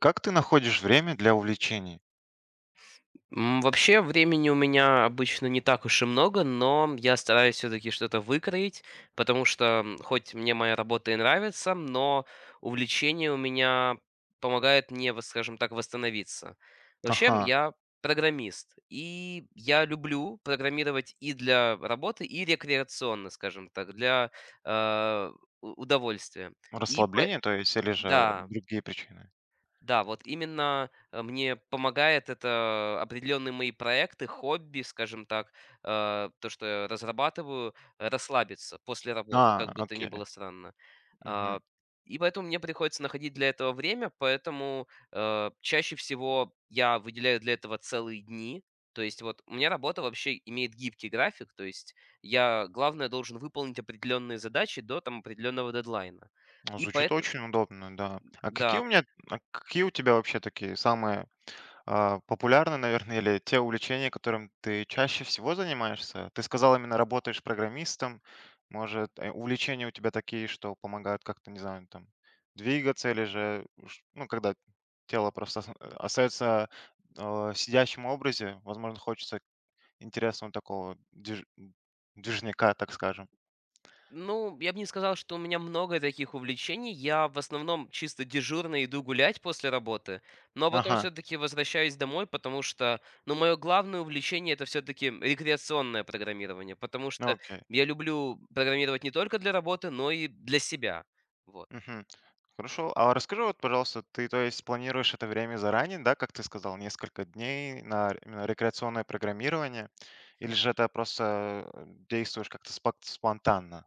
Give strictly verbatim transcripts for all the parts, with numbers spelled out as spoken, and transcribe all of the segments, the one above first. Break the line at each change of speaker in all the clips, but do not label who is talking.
Как ты находишь время для увлечений?
М, вообще времени у меня обычно не так уж и много, но я стараюсь все таки что-то выкроить, потому что, м, хоть мне моя работа и нравится, но увлечение у меня помогает мне, вот скажем так, восстановиться. Вообще,
Ага.
я программист, и я люблю программировать и для работы, и рекреационно, скажем так, для, э, у удовольствия. И по
Расслабление, то есть, или же
Да.
другие причины?
Да, вот именно, э, мне помогает это определенные мои проекты, хобби, скажем так, э, то, что я разрабатываю, расслабиться после работы, как
А,
бы то ни было
окей.
странно.
Мгм.
А, и поэтому мне приходится находить для этого время, поэтому, э, чаще всего я выделяю для этого целые дни. То есть вот у меня работа вообще имеет гибкий график, то есть я, главное, должен выполнить определенные задачи до там определенного дедлайна.
Ну,
И
Звучит
поэтому,
очень удобно, да. А какие
да.
у меня, а какие у тебя вообще такие самые А, популярны, наверное, или те увлечения, которым ты чаще всего занимаешься? Ты сказал, именно работаешь программистом. Может, э, увлечения у тебя такие, что помогают как-то, не знаю, там, двигаться или же, уж, ну, когда тело просто ос- э, остается э, в сидящем образе, возможно, хочется интересного такого движ- движняка, так скажем.
Ну, я бы не сказал, что у меня много таких увлечений. Я в основном чисто дежурно иду гулять после работы, но потом
Ага,
все-таки возвращаюсь домой, потому что, ну, мое главное увлечение это все-таки рекреационное программирование, потому
ну
что
окей.
я люблю программировать не только для работы, но и для себя. Вот.
Мгм. Хорошо. А расскажи вот, пожалуйста, ты, то есть, планируешь это время заранее, да, как ты сказал, несколько дней на р- именно рекреационное программирование, или же это просто э, действуешь как-то спак- спонтанно?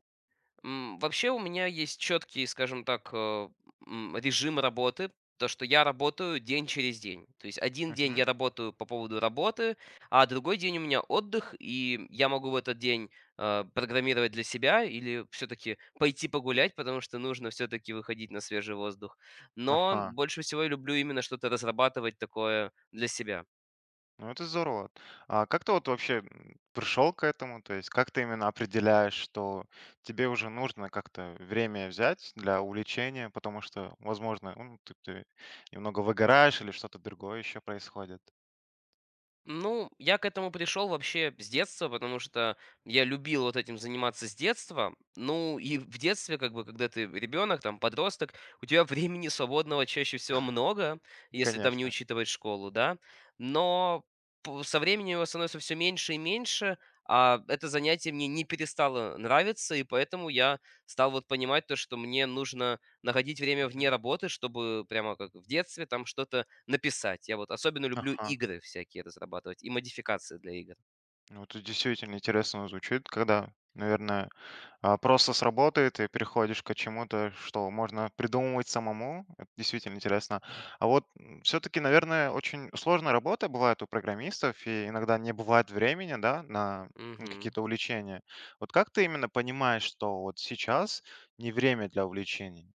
М, вообще у меня есть четкий, скажем так, э, м, режим работы. То, что я работаю день через день. То есть один день
Мгм.
я работаю по поводу работы, а другой день у меня отдых, и я могу в этот день э, программировать для себя или все-таки пойти погулять, потому что нужно все-таки выходить на свежий воздух. Но
Ага.
больше всего я люблю именно что-то разрабатывать такое для себя.
Ну, это здорово. А как ты вот вообще м, пришел к этому? То есть, как ты именно определяешь, что тебе уже нужно как-то время взять для увлечения, потому что, возможно, ну, ты, ты немного выгораешь или что-то другое еще происходит?
Ну, я к этому пришел вообще с детства, потому что я любил вот этим заниматься с детства. Ну, и в детстве, как бы, когда ты ребенок, там, подросток, у тебя времени свободного чаще всего много, если там не
Конечно.
учитывать школу, да. Но п- со временем его становится все меньше и меньше, а это занятие мне не перестало нравиться, и поэтому я стал вот понимать то, что мне нужно находить время вне
Мгм.
работы, чтобы прямо как в детстве там что-то написать. Я вот особенно люблю
Ага.
игры всякие разрабатывать и модификации для игр.
Ну, это действительно интересно звучит, когда, наверное, а, просто сработает и переходишь к чему-то, что можно придумывать самому. Это действительно интересно. А вот все-таки, наверное, очень сложная работа бывает у программистов, и иногда не бывает времени, да, на
Мгм.
какие-то увлечения. Вот как ты именно понимаешь, что вот сейчас не время для увлечений?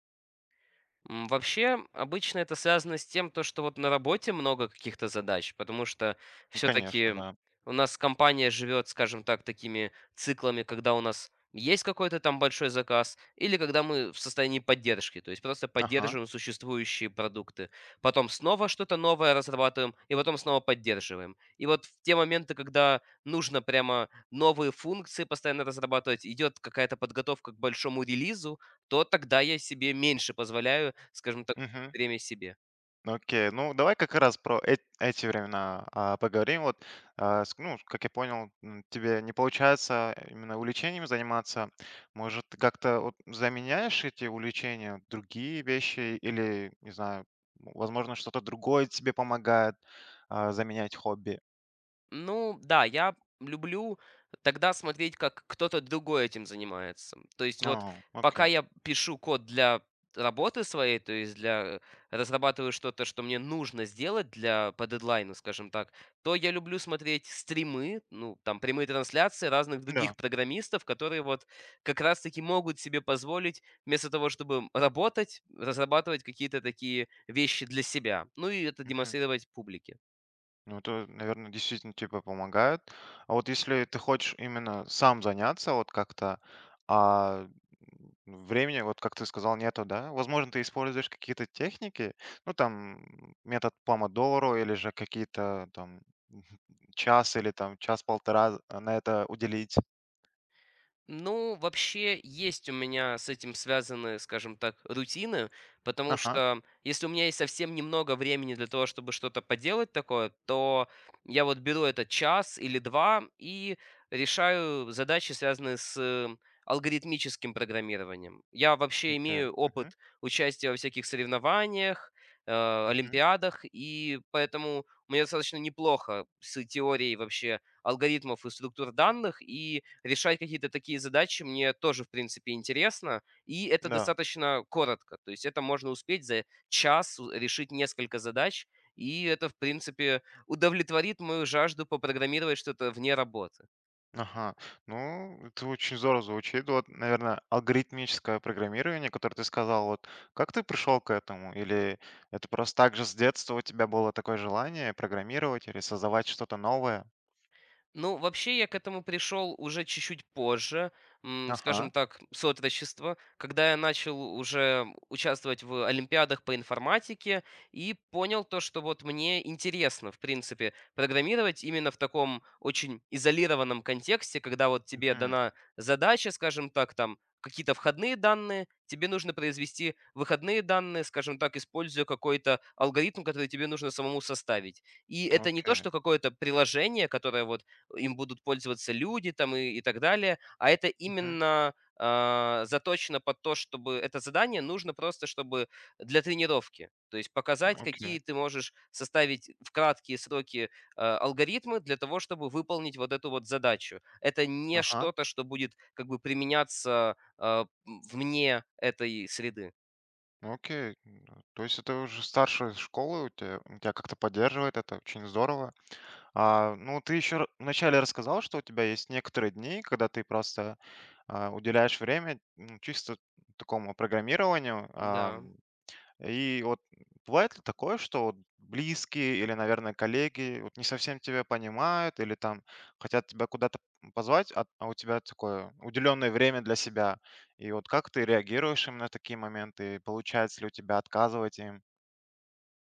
М, вообще, обычно это связано с тем, то, что вот на работе много каких-то задач, потому что все
Конечно,
таки
да.
у нас компания живет, скажем так, такими циклами, когда у нас есть какой-то там большой заказ или когда мы в состоянии поддержки, то есть просто
Ага.
поддерживаем существующие продукты. Потом снова что-то новое разрабатываем и потом снова поддерживаем. И вот в те моменты, когда нужно прямо новые функции постоянно разрабатывать, идет какая-то подготовка к большому релизу, то тогда я себе меньше позволяю, скажем так, время себе.
Окей, ну давай как раз про эт- эти времена а, поговорим. Вот, а, с- ну, как я понял, м, тебе не получается именно увлечениями заниматься. Может, ты как-то вот заменяешь эти увлечения другие вещи или, не знаю, м, возможно, что-то другое тебе помогает а, заменять хобби?
Ну да, я люблю тогда смотреть, как кто-то другой этим занимается. То есть вот
А,
пока
окей,
я пишу код для работы своей, то есть для э, разрабатываю что-то, что мне нужно сделать для по дедлайну, скажем так, то я люблю смотреть стримы, ну, там прямые трансляции разных
да.
других программистов, которые вот как раз-таки могут себе позволить вместо того, чтобы работать, разрабатывать какие-то такие вещи для себя. Ну и это демонстрировать публике.
Ну, это, наверное, действительно тебе помогает. А вот если ты хочешь именно сам заняться, вот как-то, а времени, вот как ты сказал, нету, да? Возможно, ты используешь какие-то техники, ну, там, м, метод помодоро или же какие-то там час или там час-полтора а, на это уделить.
Ну, вообще, есть у меня с этим связаны, скажем так, рутины, потому
Ага,
что если у меня есть совсем немного времени для того, чтобы что-то поделать такое, то я вот беру этот час или два и решаю задачи, связанные с э, алгоритмическим программированием. Я вообще
окей.
имею
Мгм,
опыт участия во всяких соревнованиях, э,
мгм.
олимпиадах, и поэтому мне достаточно неплохо с теорией вообще алгоритмов и структур данных, и решать какие-то такие задачи мне тоже, в принципе, интересно. И это
Да.
достаточно коротко. То есть это можно успеть за час у- решить несколько задач, и это, в принципе, удовлетворит мою жажду попрограммировать что-то вне работы.
Ага. Ну, это очень здорово звучит. Вот, наверное, алгоритмическое программирование, которое ты сказал, вот как ты пришел к этому? Или это просто так же с детства у тебя было такое желание программировать или создавать что-то новое?
Ну, вообще я к этому пришел уже чуть-чуть позже, м,
Ага.
скажем так, с отрочества, когда я начал уже участвовать в олимпиадах по информатике и понял то, что вот мне интересно, в принципе, программировать именно в таком очень изолированном контексте, когда вот тебе
Мгм.
дана задача, скажем так, там какие-то входные данные, тебе нужно произвести выходные данные, скажем так, используя какой-то алгоритм, который тебе нужно самому составить. И это не то,
Окей.
что какое-то приложение, которое вот им будут пользоваться люди там и, и так далее, а это
Мгм.
именно а, заточено под то, чтобы это задание нужно просто, чтобы для тренировки, то есть показать,
Окей.
какие ты можешь составить в краткие сроки э, алгоритмы для того, чтобы выполнить вот эту вот задачу. Это не
Ага.
что-то, что будет как бы применяться а, м, вне этой среды.
Окей. М, То есть это уже старшая школа у тебя, у тебя как-то поддерживает это, очень здорово. А, ну, ты еще ра- вначале рассказал, что у тебя есть некоторые дни, когда ты просто а, уделяешь время ну, чисто такому программированию.
Да.
Ам, и вот бывает ли такое, что вот близкие или, наверное, коллеги вот не совсем тебя понимают или там хотят тебя куда-то позвать, а, а у тебя такое уделенное время для себя. И вот как ты реагируешь именно на такие моменты? Получается ли у тебя отказывать им?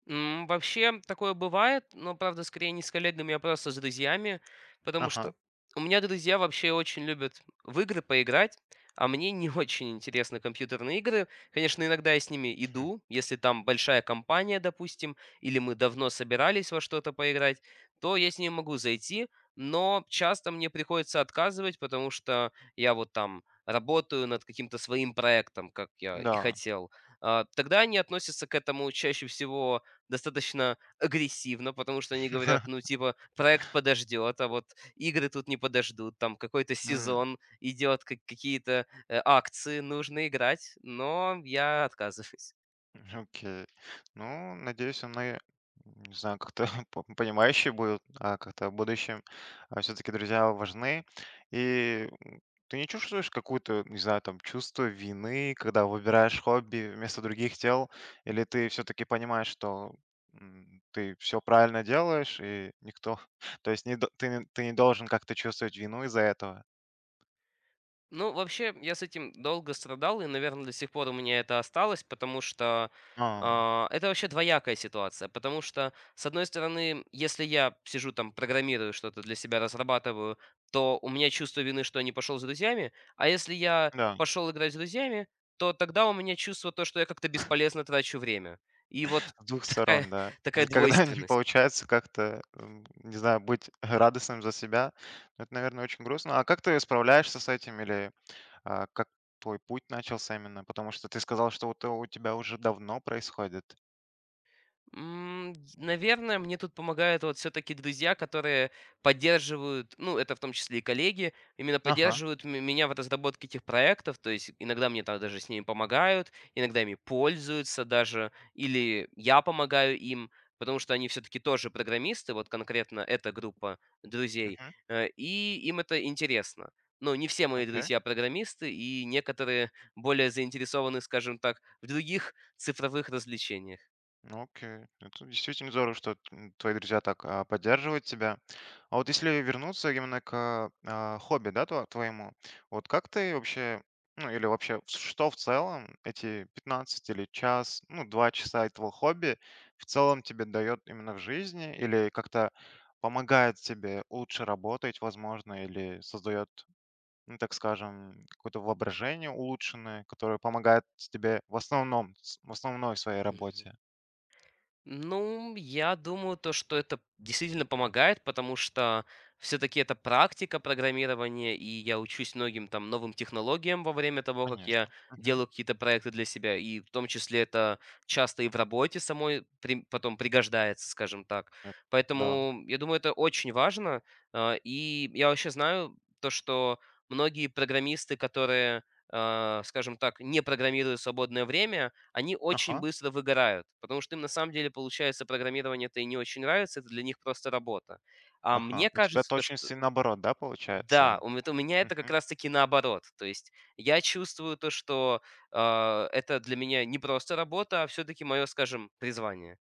М, вообще такое бывает, но, правда, скорее не с коллегами, а просто с друзьями, потому
Ага,
что у меня друзья вообще очень любят в игры поиграть, а мне не очень интересны компьютерные игры. Конечно, иногда я с ними иду, если там большая компания, допустим, или мы давно собирались во что-то поиграть, то я с ними могу зайти, но часто мне приходится отказывать, потому что я вот там работаю над каким-то своим проектом, как я и
да.
хотел. А, Тогда они относятся к этому чаще всего достаточно агрессивно, потому что они говорят, ну, типа, проект подождет, а вот игры тут не подождут, там какой-то
М,
сезон идет, ка- какие-то э, акции нужно играть, но я отказываюсь.
Окей. Ну, надеюсь, они, не знаю, как-то по- понимающие будут, а как-то в будущем все-таки друзья важны. И м, ты не чувствуешь какую-то, не знаю, там, чувство вины, когда выбираешь хобби вместо других дел? Или ты все-таки понимаешь, что м, ты все правильно делаешь, и никто... То есть не, до- ты, не- ты не должен как-то чувствовать вину из-за этого?
Ну, вообще, я с этим долго страдал, и, наверное, до сих пор у меня это осталось, потому что
А,
а, это вообще двоякая ситуация. Потому что, с одной стороны, если я сижу там, программирую что-то для себя, разрабатываю, то у меня чувство вины, что я не пошел с друзьями. А если я
да.
пошел играть с друзьями, то тогда у меня чувство то, что я как-то бесполезно трачу время. И вот
С двух
такая,
сторон, да.
такая
Никогда не
двойственность.
получается как-то, м, не знаю, быть радостным за себя. Это, наверное, очень грустно. А как ты справляешься с этим или, а, как твой путь начался именно? Потому что ты сказал, что это у тебя уже давно происходит.
М, Наверное, мне тут помогают вот все-таки друзья, которые поддерживают, ну, это в том числе и коллеги, именно
Ага.
поддерживают м- меня в разработке этих проектов, то есть иногда мне там даже с ними помогают, иногда ими пользуются даже, или я помогаю им, потому что они все-таки тоже программисты, вот конкретно эта группа друзей,
Мгм.
э, и им это интересно. Но не все мои друзья программисты, и некоторые более заинтересованы, скажем так, в других цифровых развлечениях.
Ну, окей. Это действительно здорово, что м, твои друзья так а, поддерживают тебя. А вот если вернуться именно к а, хобби, да, тво- твоему, вот как ты вообще, ну или вообще, в- что в целом эти пятнадцать или час, ну, два часа этого хобби в целом тебе дает именно в жизни или как-то помогает тебе лучше работать, возможно, или создает, ну, так скажем, какое-то воображение улучшенное, которое помогает тебе в основном, с- в основной своей работе?
Ну, я думаю, то, что это действительно помогает, потому что все-таки это практика программирования, и я учусь многим там новым технологиям во время того, как
Конечно.
я
Мгм.
делаю какие-то проекты для себя, и в том числе это часто и в работе самой при- потом пригождается, скажем так.
Э, да.
Поэтому я думаю, это очень важно, а, и я вообще знаю то, что многие программисты, которые, а, скажем так, не программируют в свободное время, они очень
Ага,
быстро выгорают, потому что им на самом деле, получается, программирование это и не очень нравится, это для них просто работа. А
ага.
мне
У тебя
кажется, то, что
точности наоборот, да,
да,
получается?
у ме- это у меня это как
Мгм.
раз-таки наоборот. То есть я чувствую то, что а, это для меня не просто работа, а все-таки мое, скажем, призвание.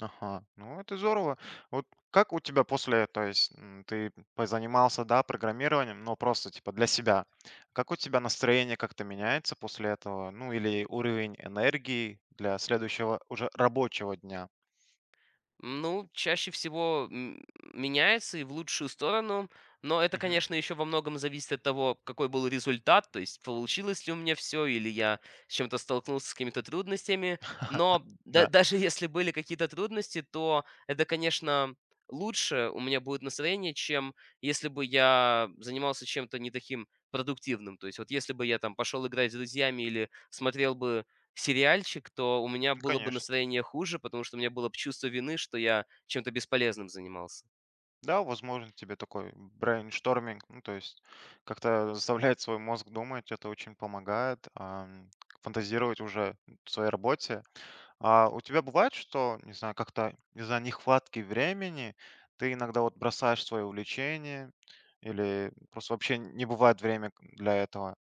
Ага. Ну, это здорово. Вот как у тебя после, то есть, м, ты позанимался, да, программированием, но просто типа для себя. Как у тебя настроение как-то меняется после этого? Ну, или уровень энергии для следующего уже рабочего дня?
Ну, чаще всего м, меняется и в лучшую сторону, но это,
Мгм.
конечно, еще во многом зависит от того, какой был результат, то есть получилось ли у меня все, или я с чем-то столкнулся, с какими-то трудностями. Но да-
Да,
даже если были какие-то трудности, то это, конечно, лучше у меня будет настроение, чем если бы я занимался чем-то не таким продуктивным. То есть вот если бы я там пошел играть с друзьями или смотрел бы сериальчик, то у меня
ну,
было бы
конечно.
настроение хуже, потому что у меня было бы чувство вины, что я чем-то бесполезным занимался.
Да, возможно, тебе такой брейншторминг, ну, то есть как-то заставляет свой мозг думать, это очень помогает ам, фантазировать уже в своей работе. А у тебя бывает, что, не знаю, как-то из-за нехватки времени ты иногда вот бросаешь свое увлечение или просто вообще не бывает время для этого?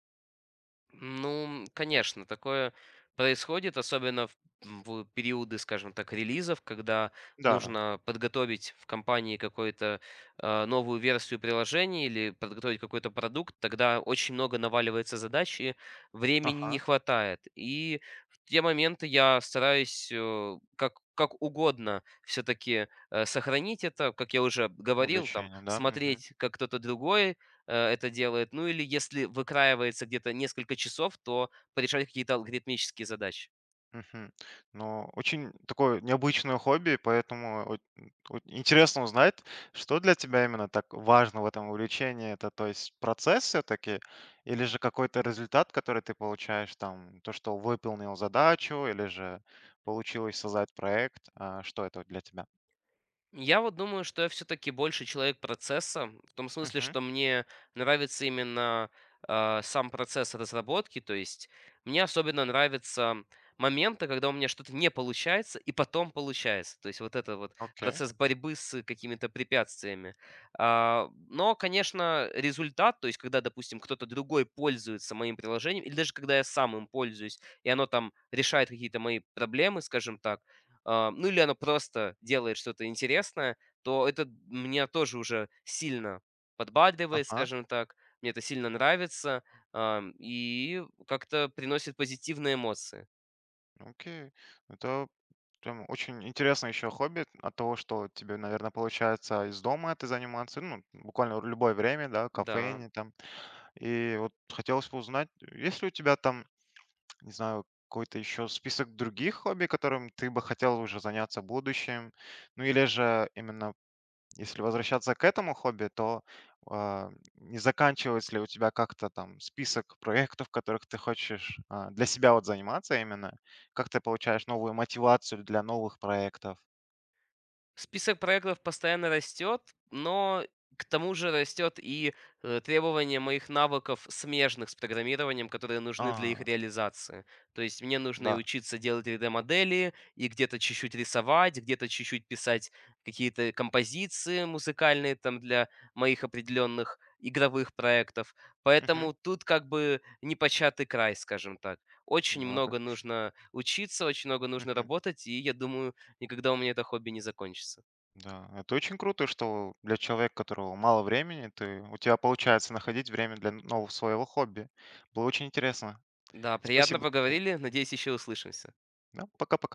Ну, конечно, такое происходит, особенно в в периоды, скажем так, релизов, когда
Да,
нужно подготовить в компании какую-то э, новую версию приложения или подготовить какой-то продукт, тогда очень много наваливается задач, и времени
ага,
не хватает. И в те моменты я стараюсь э, как, как угодно все-таки сохранить это, как я уже говорил, там,
увлечение, да, мгм.
смотреть, как кто-то другой э, это делает. Ну или если выкраивается где-то несколько часов, то порешать какие-то алгоритмические задачи.
Мгм. Но очень такое необычное хобби, поэтому вот, м, вот интересно узнать, что для тебя именно так важно в этом увлечении. Это, то есть, процесс все-таки или же какой-то результат, который ты получаешь, там, то, что выполнил задачу или же получилось создать проект. А, что это вот для тебя?
Я вот думаю, что я все-таки больше человек процесса, в том смысле,
Мгм.
что мне нравится именно а, сам процесс разработки, то есть мне особенно нравятся моменты, когда у меня что-то не получается и потом получается, то есть вот это вот
Окей.
процесс борьбы с какими-то препятствиями. А, но, конечно, результат, то есть когда, допустим, кто-то другой пользуется моим приложением, или даже когда я сам им пользуюсь, и оно там решает какие-то мои проблемы, скажем так, а, ну или она просто делает что-то интересное, то это меня тоже уже сильно подбадривает,
Ага.
скажем так. Мне это сильно нравится, ам, и как-то приносит позитивные эмоции.
Окей. Это прям очень интересно еще хобби от того, что тебе, наверное, получается из дома ты заниматься, ну, буквально в любое время, да,
Да.
кофейне, там. И вот хотелось бы узнать, есть ли у тебя там, не знаю, какой-то еще список других хобби, которым ты бы хотел уже заняться в будущем? Ну или же именно, если возвращаться к этому хобби, то а, не заканчивается ли у тебя как-то там список проектов, которых ты хочешь а, для себя вот заниматься именно? Как ты получаешь новую мотивацию для новых проектов?
Список проектов постоянно растет, но к тому же растет и э, требование моих навыков смежных с программированием, которые нужны для их
А,
реализации. То есть мне нужно и
да.
учиться делать три д-модели, и где-то чуть-чуть рисовать, где-то чуть-чуть писать какие-то композиции музыкальные там для моих определенных игровых проектов.
Мгм.
Поэтому тут как бы непочатый край, скажем так. Очень
Ну, это-
много нужно учиться, очень много нужно работать, и я думаю, никогда у меня это хобби не закончится.
Да, это очень круто, что для человека, которого мало времени, ты, у тебя получается находить время для нового своего хобби. Было очень интересно.
Да, приятно
Спасибо тебе.
поговорили. Надеюсь, еще услышимся.
Да, пока-пока.